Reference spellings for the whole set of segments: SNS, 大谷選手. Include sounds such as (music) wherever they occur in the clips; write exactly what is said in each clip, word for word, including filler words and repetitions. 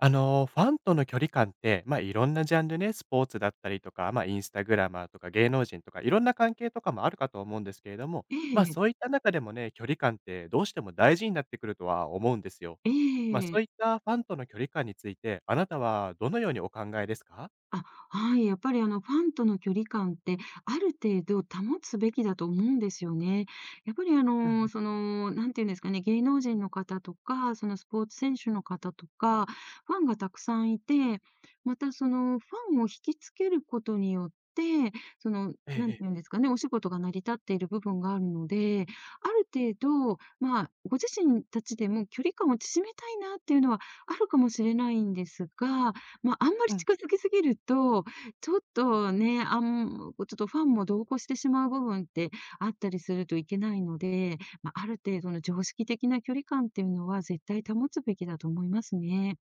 あの、ファンとの距離感って、ま、あいろんなジャンルね、スポーツだったりとか、ま、あインスタグラマーとか芸能人とか、いろんな関係とかもあるかと思うんですけれども、えま、あえ、そういった中でもね、距離感ってどうしても大事になってくるとは思うんですよ。えま、あそえ。ういったファンとの距離感について、あなたはどのようにお考えですか？あ、はい、やっぱりあの、ファンとの距離感って、ある程度保つべきだと思うんですよね。やっぱりあうんうん。の、その、なんていうんですかね、芸能人の方とか、そのスポーツ選手の方とか、ファンがたくさんいて、またその、ファンを引きつけることによって、その、ええなえんてえ。いうんですかね、お仕事が成り立っている部分があるので、ある程度、まあ、ご自身たちでも距離感を縮めたいなっていうのはあるかもしれないんですが、まあ、あんまりうん近づきすぎると、ちょっとね、あんちょっとファンも同行してしまう部分ってあったりするといけないので、まあ、ある程度の常識的な距離感っていうのは絶対保つべきだと思いますね。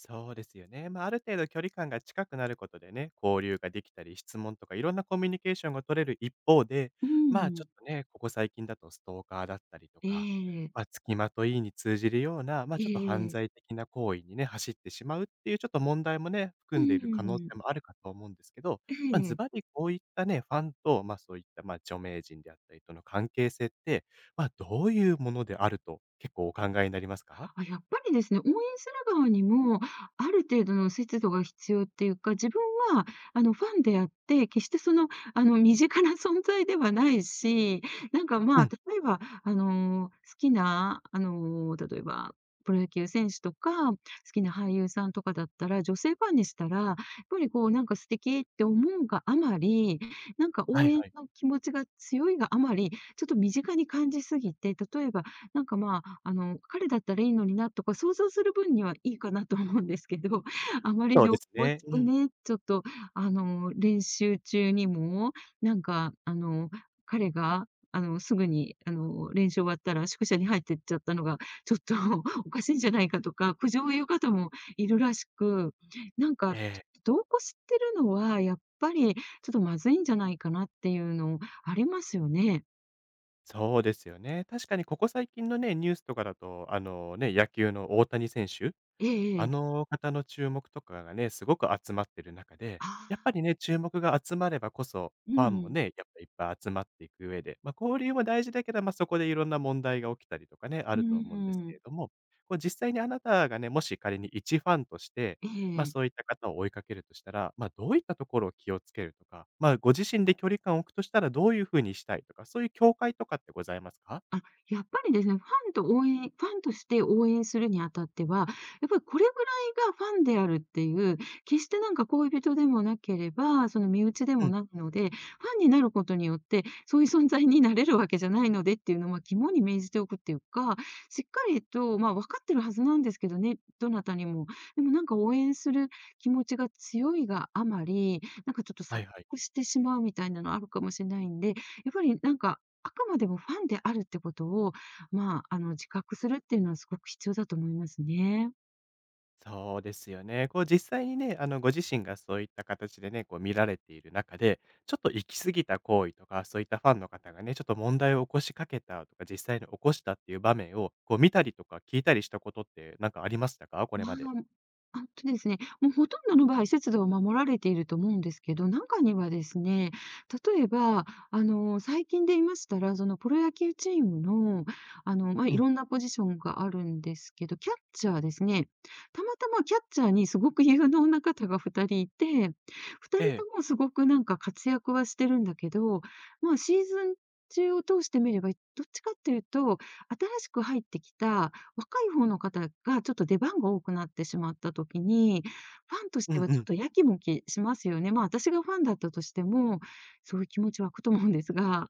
そうですよね。まあ、ある程度距離感が近くなることでね、交流ができたり、質問とかいろんなコミュニケーションが取れる一方で、うまあ、ちょん。っとね、ここ最近だとストーカーだったりとえか、え。まあ、付きまといに通じるような、まあ、えちょっと犯え。罪的な行為にね、走ってしまうっていうちょっと問題もね、含うんでいる可能性ん。もあるかと思うんですけど、えまあ、ズえ、バリこういったね、ファンと、まあ、そういった、まあ、著名人であったりとの関係性って、まあ、どういうものであると結構お考えになりますか。あ、やっぱりですね、応援する側にも、ある程度の節度が必要っていうか、自分は、あの、ファンであって、決してその、あの、身近な存在ではないし、なんか、うまあ、ん。例えば、あの、好きな、あの、例えば、プロ野球選手とか、好きな俳優さんとかだったら、女性ファンにしたら、やっぱりこう、なんか素敵って思うがあまり、なんかは応い援はい。の気持ちが強いがあまり、ちょっと身近に感じすぎて、例えばなんか、まあ、あの、彼だったらいいのになとか想像する分にはいいかなと思うんですけど、(laughs) あまりそう度ですを越ね。してうん。ね、ちょっと、あの、練習中にも、なんか、あの、彼が、あの、すぐに、あの、練習終わったら宿舎に入ってっちゃったのが、ちょっと (laughs) おかしいんじゃないかとか、苦情を言う方もいるらしく、なんか、ええ、度こ知してるのはやっぱりちょっとまずいんじゃないかなっていうのありますよね。そうですよね。確かにここ最近のね、ニュースとかだと、あのね、野球の大谷選手、あええ、の方の注目とかがね、すごく集まってる中で、あやっあ、ぱりね、注目が集まればこそ、うファンもん。ね、やっぱいっぱい集まっていく上で、まあ、交流も大事だけど、まあ、そこでいろんな問題が起きたりとかね、あうーるとは思うんですけん、れども、こう実際にあなたがね、もし仮に一ファンとして、えまあ、え。そういった方を追いかけるとしたら、まあ、どういったところを気をつけるとか、まあ、ご自身で距離感を置くとしたらどういうふうにしたいとか、そういう境界とかってございますか？あ、やっぱりですね、ファンと応援ファンとして応援するにあたっては、やっぱりこれぐらいがファンであるっていう、決してなんか恋人でもなければ、その身内でうもん、ないので、ファンになることによって、そういう存在になれるわけじゃないのでっていうのは肝に銘じておくっていうか、しっかりと、まあ、分かってるはずなんですけどね、どなたにも。でもなんか応援する気持ちが強いがあまり、なんかちょっとは錯いはい。覚してしまうみたいなのあるかもしれないんで、やっぱりなんかあくまでもファンであるってことを、まあ、あの、自覚するっていうのはすごく必要だと思いますね。そうですよね。こう実際にね、あのご自身がそういった形でね、こう見られている中で、ちょっと行き過ぎた行為とか、そういったファンの方がね、ちょっと問題を起こしかけたとか、実際に起こしたっていう場面を、こう見たりとか聞いたりしたことってなんかありましたか？こあれまで。あ、あとですね、もうほとんどの場合、節度を守られていると思うんですけど、中にはですね、例えば、あの、最近で言いましたら、そのプロ野球チームの、あの、まあ、ういん。ろんなポジションがあるんですけど、キャッチャーですね。たまたまキャッチャーにすごく有能な方がふたりいて、ふたりえとえ。もすごくなんか活躍はしてるんだけど、まあ、シーズン中を通してみれば、どっちかっていうと、新しく入ってきた若い方の方がちょっと出番が多くなってしまった時に、ファンとしうてんはうちょっん。とやきもきしますよね。まあ、私がファンだったとしても、そういう気持ち湧くと思うんですが。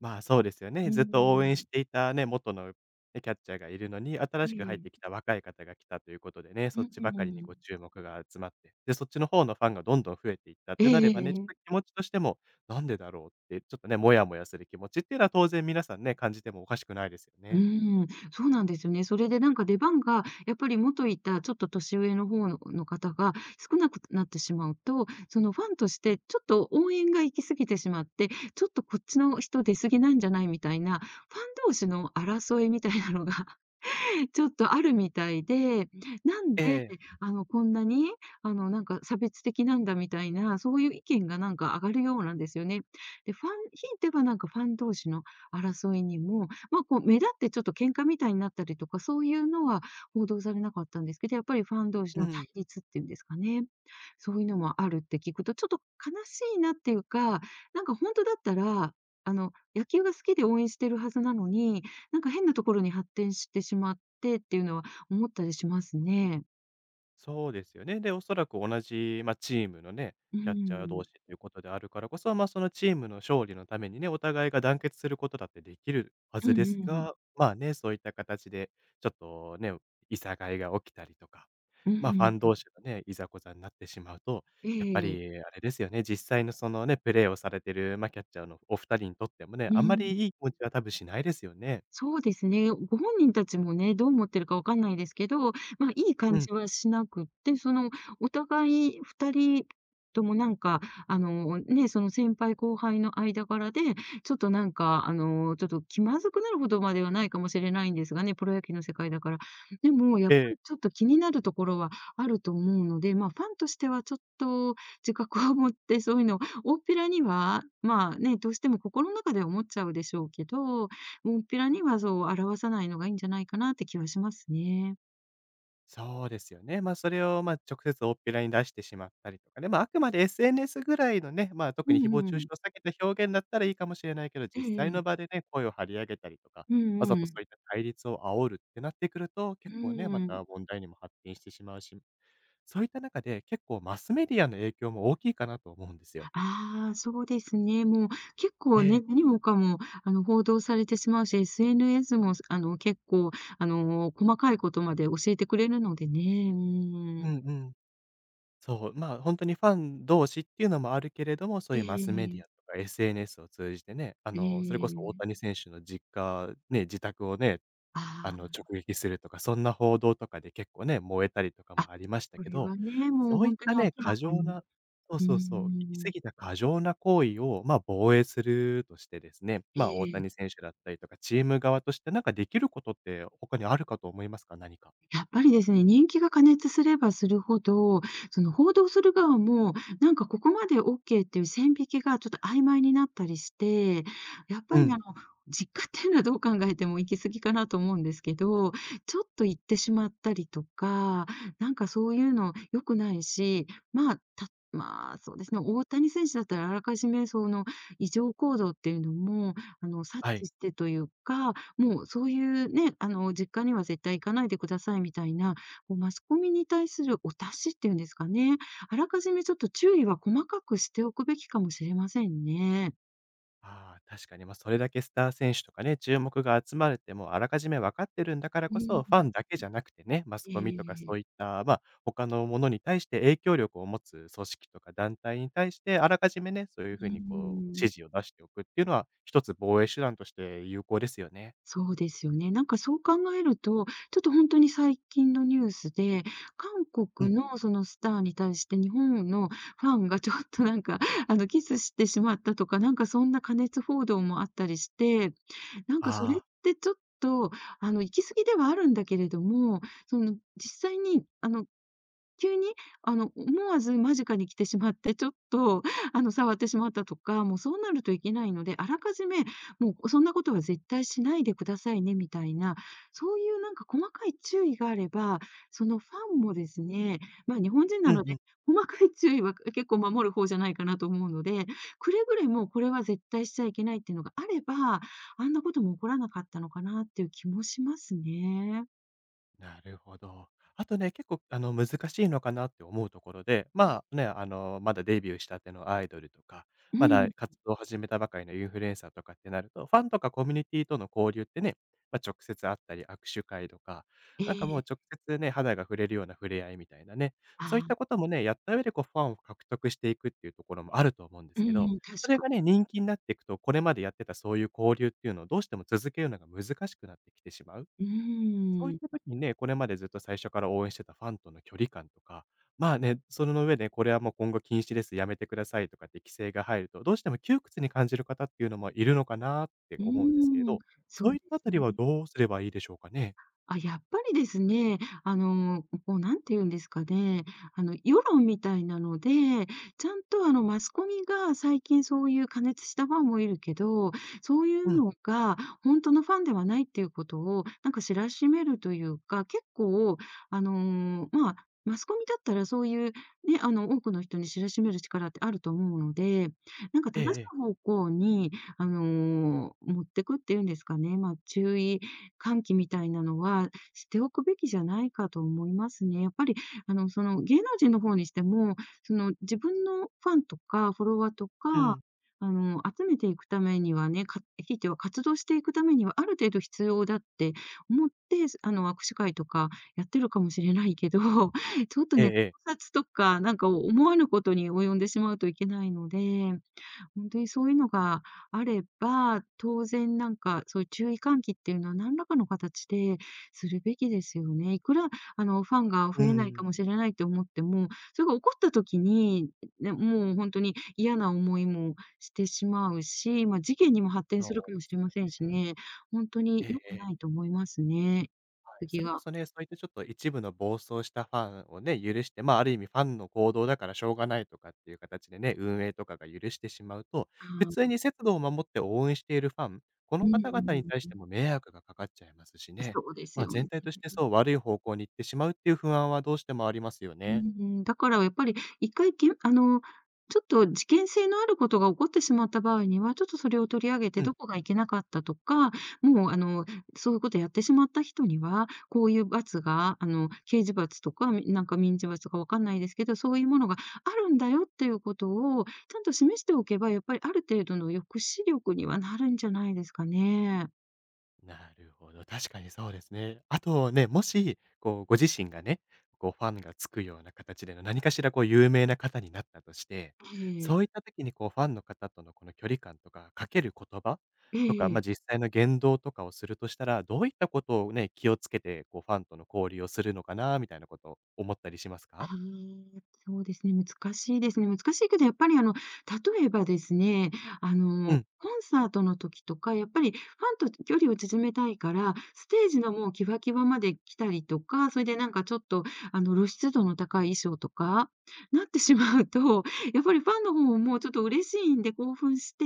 まあ、そうですようね。ーずっと応援しん。ていたね、元の、ね、キャッチャーがいるのに、新えしく入ってきえ。た若い方が来たということでね、うそっんちうばんうかりにこうん。注目が集まって、で、そっちの方のファンがどんどん増えていったっええてなれええばね、えちょっとえ。気持ちとしても、なんでだろうって、ちょっとね、モヤモヤする気持ちっていうのは当然皆さんね、感じてもおかしくないですようね。ーん、そうなんですよね。それでなんか出番が、やっぱり元いたちょっと年上の方のの方が少なくなってしまうと、そのファンとしてちょっと応援が行き過ぎてしまって、ちょっとこっちの人出過ぎなんじゃないみたいな、ファン同士の争いみたいなのがちょっとあるみたいで、なんえで、え。あの、こんなに、あの、なんか差別的なんだみたいな、そういう意見がなんか上がるようなんですよね。で、ファンひいてはなんかファン同士の争いにも、まあ、こう目立ってちょっと喧嘩みたいになったりとか、そういうのは報道されなかったんですけど、やっぱりファン同士うのんう対ん。立っていうんですかね、そういうのもあるって聞くと、ちょっと悲しいなっていうか、なんか本当だったら、あの、野球が好きで応援してるはずなのに、なんか変なところに発展してしまってっていうのは思ったりしますね。そうですよね。で、おそらく同じ、まあ、チームのね、うキャッチャー同ん。士ということであるからこそ、ま、あそのチームの勝利のためにね、お互いが団結することだってできるはうずんうでんすうん。が、まあね、そういった形でちょっとね、いさかいが起きたりとか、うま、あファんンうん。同士がね、いざこざになってしまうと、えやっぱりえ。あれですよね、実際のそのね、プレーをされてる、まあ、キャッチャーのお二人にとってもね、うあんまんうん。りいい気持ちは多分しないですよね。そうですね。ご本人たちもね、どう思ってるかわかんないですけど、まあ、いいう感ん、じはしなくって、その、お互いふたりともなんか、あの、ね、その先輩後輩の間柄で、ちょっとなんか、あの、ちょっと気まずくなるほどまではないかもしれないんですがね、プロ野球の世界だから。でも、やっえぱりえ。ちょっと気になるところはあると思うので、まあ、ファンとしてはちょっと自覚を持って、そういうのを大っぴらには、まあね、どうしても心の中では思っちゃうでしょうけど、もっぺらにはそう表さないのがいいんじゃないかなって気はしますね。そうですよね。まあ、それを、まあ、直接おっぴらに出してしまったりとかね。まあ、あくまで エスエヌエス ぐらいのね、まあ、特うに誹ん謗う中傷ん。を避けた表現だったらいいかもしれないけど、実際のええ。場でね、声を張り上げたりとか、うわんざうとそうん。いった対立を煽るってなってくると、う結ー構ね、まん。た問題にも発展してしまうし、そういった中で結構マスメディアの影響も大きいかなと思うんですよ。ああ、そうですね。もう結え構ね、え。何もかも、あの、報道されてしまうし、エスエヌエス も、あの、結構、あの、細かいことまで教えてくれるのでね。ううーんん。うんそう、まあ、本当にファン同士っていうのもあるけれども、そうえいうマスメデえィアとええ、か エスエヌエス を通じてね、あの、それこそ大谷選手の実家、ね、自宅をね、あの、あ直撃するとか、そんな報道とかで結構ね、燃えたりとかあ。あ、もありましたこけれど、はね、もうそういっ本当にたね、明ら過か剰に。な、そううーそうそう、行き過ん。ぎた過剰な行為を、まあ、防衛するとしてですね、えまあ、大え。谷選手だったりとか、チーム側としてなんかできることって他にあるかと思いますか？何か。やっぱりですね、人気が過熱すればするほど、その報道する側も、なんかここまで OK っていう線引きがちょっと曖昧になったりして、やっうぱりあん、の、実家っていうのはどう考えても行き過ぎかなと思うんですけど、ちょっと行ってしまったりとか、なんかそういうの良くないし、まあ、たまあそうですね、大谷選手だったらあらかじめその異常行動っていうのも、あの、察はい。知してというか、もうそういうね、あの、実家には絶対行かないでくださいみたいな、こうマスコミに対するお達しっていうんですかね。あらかじめちょっと注意は細かくしておくべきかもしれませんね。ああ、確かに、まあ、それだけスター選手とかね、注目が集まれてもうあらかじめ分かってるんだからうこそ、ファん。ンだけじゃなくてね、マスコミとかそえういっえ。た、まあ、他のものに対して影響力を持つ組織とか団体に対して、あらかじめね、そういうう風にこうん。指示を出しておくっていうのは、一つ防衛手段として有効ですよね。そうですよね。なんかそう考えると、ちょっと本当に最近のニュースで、韓う国ん。のそのスターに対して日本のファンがちょっとなんか、あの、キスしてしまったとか、なんかそんな過熱報道もあったりしてなんかそれっああ。てちょっと、あの、行き過ぎではあるんだけれども、その実際にあの急に、あの、思わず間近に来てしまって、ちょっと、あの、触ってしまったとか、もうそうなるといけないので、あらかじめ、もうそんなことは絶対しないでくださいね、みたいな、そういうなんか細かい注意があれば、そのファンもですね、まあ、日本人うなのんうで、ん細かい注意は結構守る方じゃないかなと思うので、くれぐれもこれは絶対しちゃいけないっていうのがあれば、あんなことも起こらなかったのかなっていう気もしますね。なるほど。あとね、結構あの難しいのかなって思うところで、まあね、あの、まだデビューしたてのアイドルとか、うまだん。活動を始めたばかりのインフルエンサーとかってなると、ファンとかコミュニティとの交流ってね、まあ、直接会ったり握手会とか、えなんかもうえ。直接ね、肌が触れるような触れ合いみたいなね、そういっああ、たこともね、やった上でこうファンを獲得していくっていうところもあると思うんでうすんけど、うん、確それかがね、人気になっていくと、これまでやってたそういう交流っていうのをどうしても続けるのが難しくなってきてしまう。うーそういっん、た時にね、これまでずっと最初から応援してたファンとの距離感とか、まあね、その上でこれはもう今後禁止です、やめてくださいとかって規制が入ると、どうしても窮屈に感じる方っていうのもいるのかなってう思うんですけれーん、ど、そそうういでったあすたりね。はどうすればいいでしょうかね？あ、やっぱりですね、あの、こう、なんて言うんですかね、あの、世論みたいなので、ちゃんと、あの、マスコミが最近そういう過熱したファンもいるけど、そういううん、のが本当のファンではないっていうことを、なんか知らしめるというか、結構、あの、まあ、マスコミだったらそういうね、あの、多くの人に知らしめる力ってあると思うので、なんかええ正えしえ、い方向に、あの、持ってくっていうんですかね、まあ、注意喚起みたいなのはしておくべきじゃないかと思いますね。やっぱり、あの、その、芸能人の方にしても、その、自分のファンとかフォロワーとうか、ん、あの、集めていくためにはね、かひいては活動していくためにはある程度必要だって思って、すあの、握手会とかやってるかもしれないけど、(laughs) ちょっとええね、考ええ、察とか、なんか思わぬことに及んでしまうといけないので本当にそういうのがあれば、当然なんか、そういう注意喚起っていうのは何らかの形でするべきですよね。いくら、あの、ファンがう増えないん、かもしれないと思っても、それが起こった時に、ね、もう本当に嫌な思いもしてしまうし、まあ、事件にも発展そするうかでもしれすまよせんしね。ね、本当にええ良くえないえ。と思いますね。そ次れこがそね、そういったちょっと一部の暴走したファンをね、許して、まあ、ある意味ファンの行動だからしょうがないとかっていう形でね、運営とかが許してしまうと、普通あに節度を守って応援しているファン、こーの方々に対しうん。ても迷惑がかかっちゃいますしね。そうですまあ、よ全ね。体としてそう悪い方向に行ってしまうっていう不安はどうしてもありますようんね。うん、だからやっぱり一回きんあの、ちょっと事件性のあることが起こってしまった場合には、ちょっとそれを取り上げうて、ん。どこがいけなかったとか、もうあの、そういうことやってしまった人には、こういう罰が、あの、刑事罰とか、みなんか民事罰かわかんないですけど、そういうものがあるんだよっていうことを、ちゃんと示しておけば、やっぱりある程度の抑止力にはなるんじゃないですかね。なるほど、確かにそうですね。あとね、もし、こう、ご自身がね、こう、ファンがつくような形での何かしらこう、有名な方になったとして、えそういっえ。た時にこう、ファンの方とのこの距離感とか、かける言葉とか、まえあ、え実際の言動とかをするとしたら、どういったことをね、気をつけて、こう、ファンとの交流をするのかなみたいなこと、を思ったりしますあか？ー、そうですね、難しいですね。難しいけど、やっぱりあの、例えばですね、あうの、ん、コンサートの時とか、やっぱりファンと距離を縮めたいから、ステージのもうキワキワまで来たりとか、それでなんかちょっとあの露出度の高い衣装とか、なってしまうと、やっぱりファンの方ももうちょっと嬉しいんで興奮して、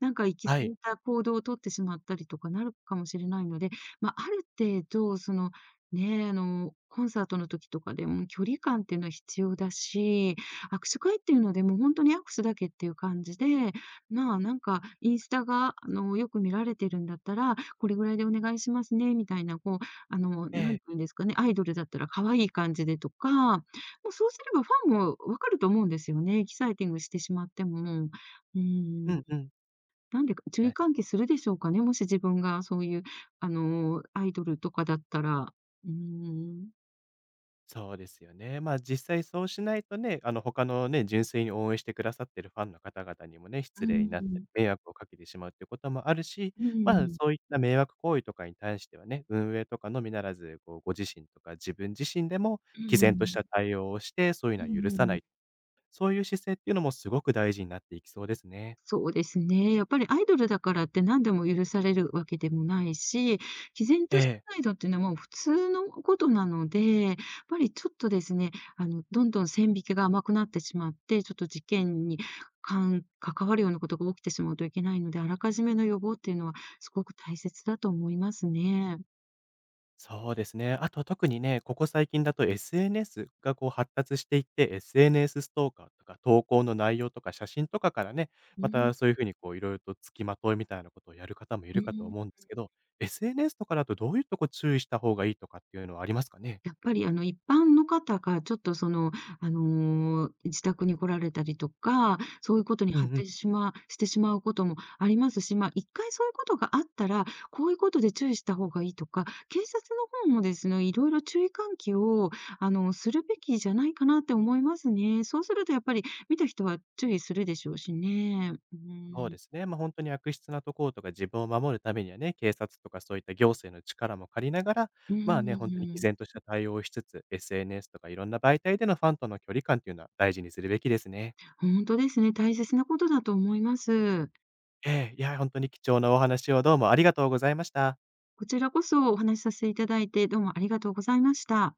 なんか行き過はい。ぎた行動をとってしまったりとかなるかもしれないので、まあ、ある程度そのねえ、あの、コンサートの時とかでも距離感っていうのは必要だし、握手会っていうのでもう本当に握手だけっていう感じで、まあ、なんかインスタが、あの、よく見られてるんだったら、これぐらいでお願いしますねみたいな、こう、あの、え何え。て言うんですかね、アイドルだったら可愛い感じでとか、もうそうすればファンも分かると思うんですよね、エキサイティングしてしまっても。うーうん。んうん。なんでか注意喚起するでしょうかね、もし自分がそういう、あの、アイドルとかだったら。うーそうですよね。まあ、実際そうしないとね、あの、他のね、純粋に応援してくださってるファンの方々にもね、失礼になってん迷惑をかけてしまうっていうこともあるし、まあ、そういった迷惑行為とかに対してはね、運営とかのみならず、こう、ご自身とか自分自身でも、毅然とした対応をして、そういううのん。はう許んうんうさんなうい。んそういう姿勢っていうのもすごく大事になっていきそうですね。そうですね。やっぱりアイドルだからって何でも許されるわけでもないし、毅然えとしたえ。態度っていうのはもう普通のことなので、やっぱりちょっとですね、あの、どんどん線引きが甘くなってしまって、ちょっと事件に関関わるようなことが起きてしまうといけないので、あらかじめの予防っていうのはすごく大切だと思いますね。そうですね。あと特にね、ここ最近だと エスエヌエス がこう発達していって、エスエヌエス スエヌエスストーカーとか投稿の内容とか写真とかからね、うまん、たそういうふうにこういろいろと付きまといみたいなことをやる方もいうるかとん。思うんですけど、エスエヌエス とかだとどういうとこ注意した方がいいとかっていうのはありますかね？やっぱりあの一般の方がちょっとその、あの、自宅に来られたりとか、そういうことにうん発うん。展しましてしまうこともありますし、ま、一回そういうことがあったら、こういうことで注意した方がいいとか、警察の方もですね、いろいろ注意喚起を、あの、するべきじゃないかなって思いますね。そうするとやっぱり見た人は注意するでしょうしね。うそうでん。すね。ま、あ本当に悪質なところとか自分を守るためにはね、警察とかそういった行政の力も借りながら、うまあね、本当に毅ん。然とした対応をしつつ、エスエヌエス とかいろんな媒体でのファンとの距離感っていうのは大事にするべきですね。本当ですね、大切なことだと思います。ええ、いや、本当に貴重なお話をどうもありがとうございました。こちらこそお話しさせていただいて、どうもありがとうございました。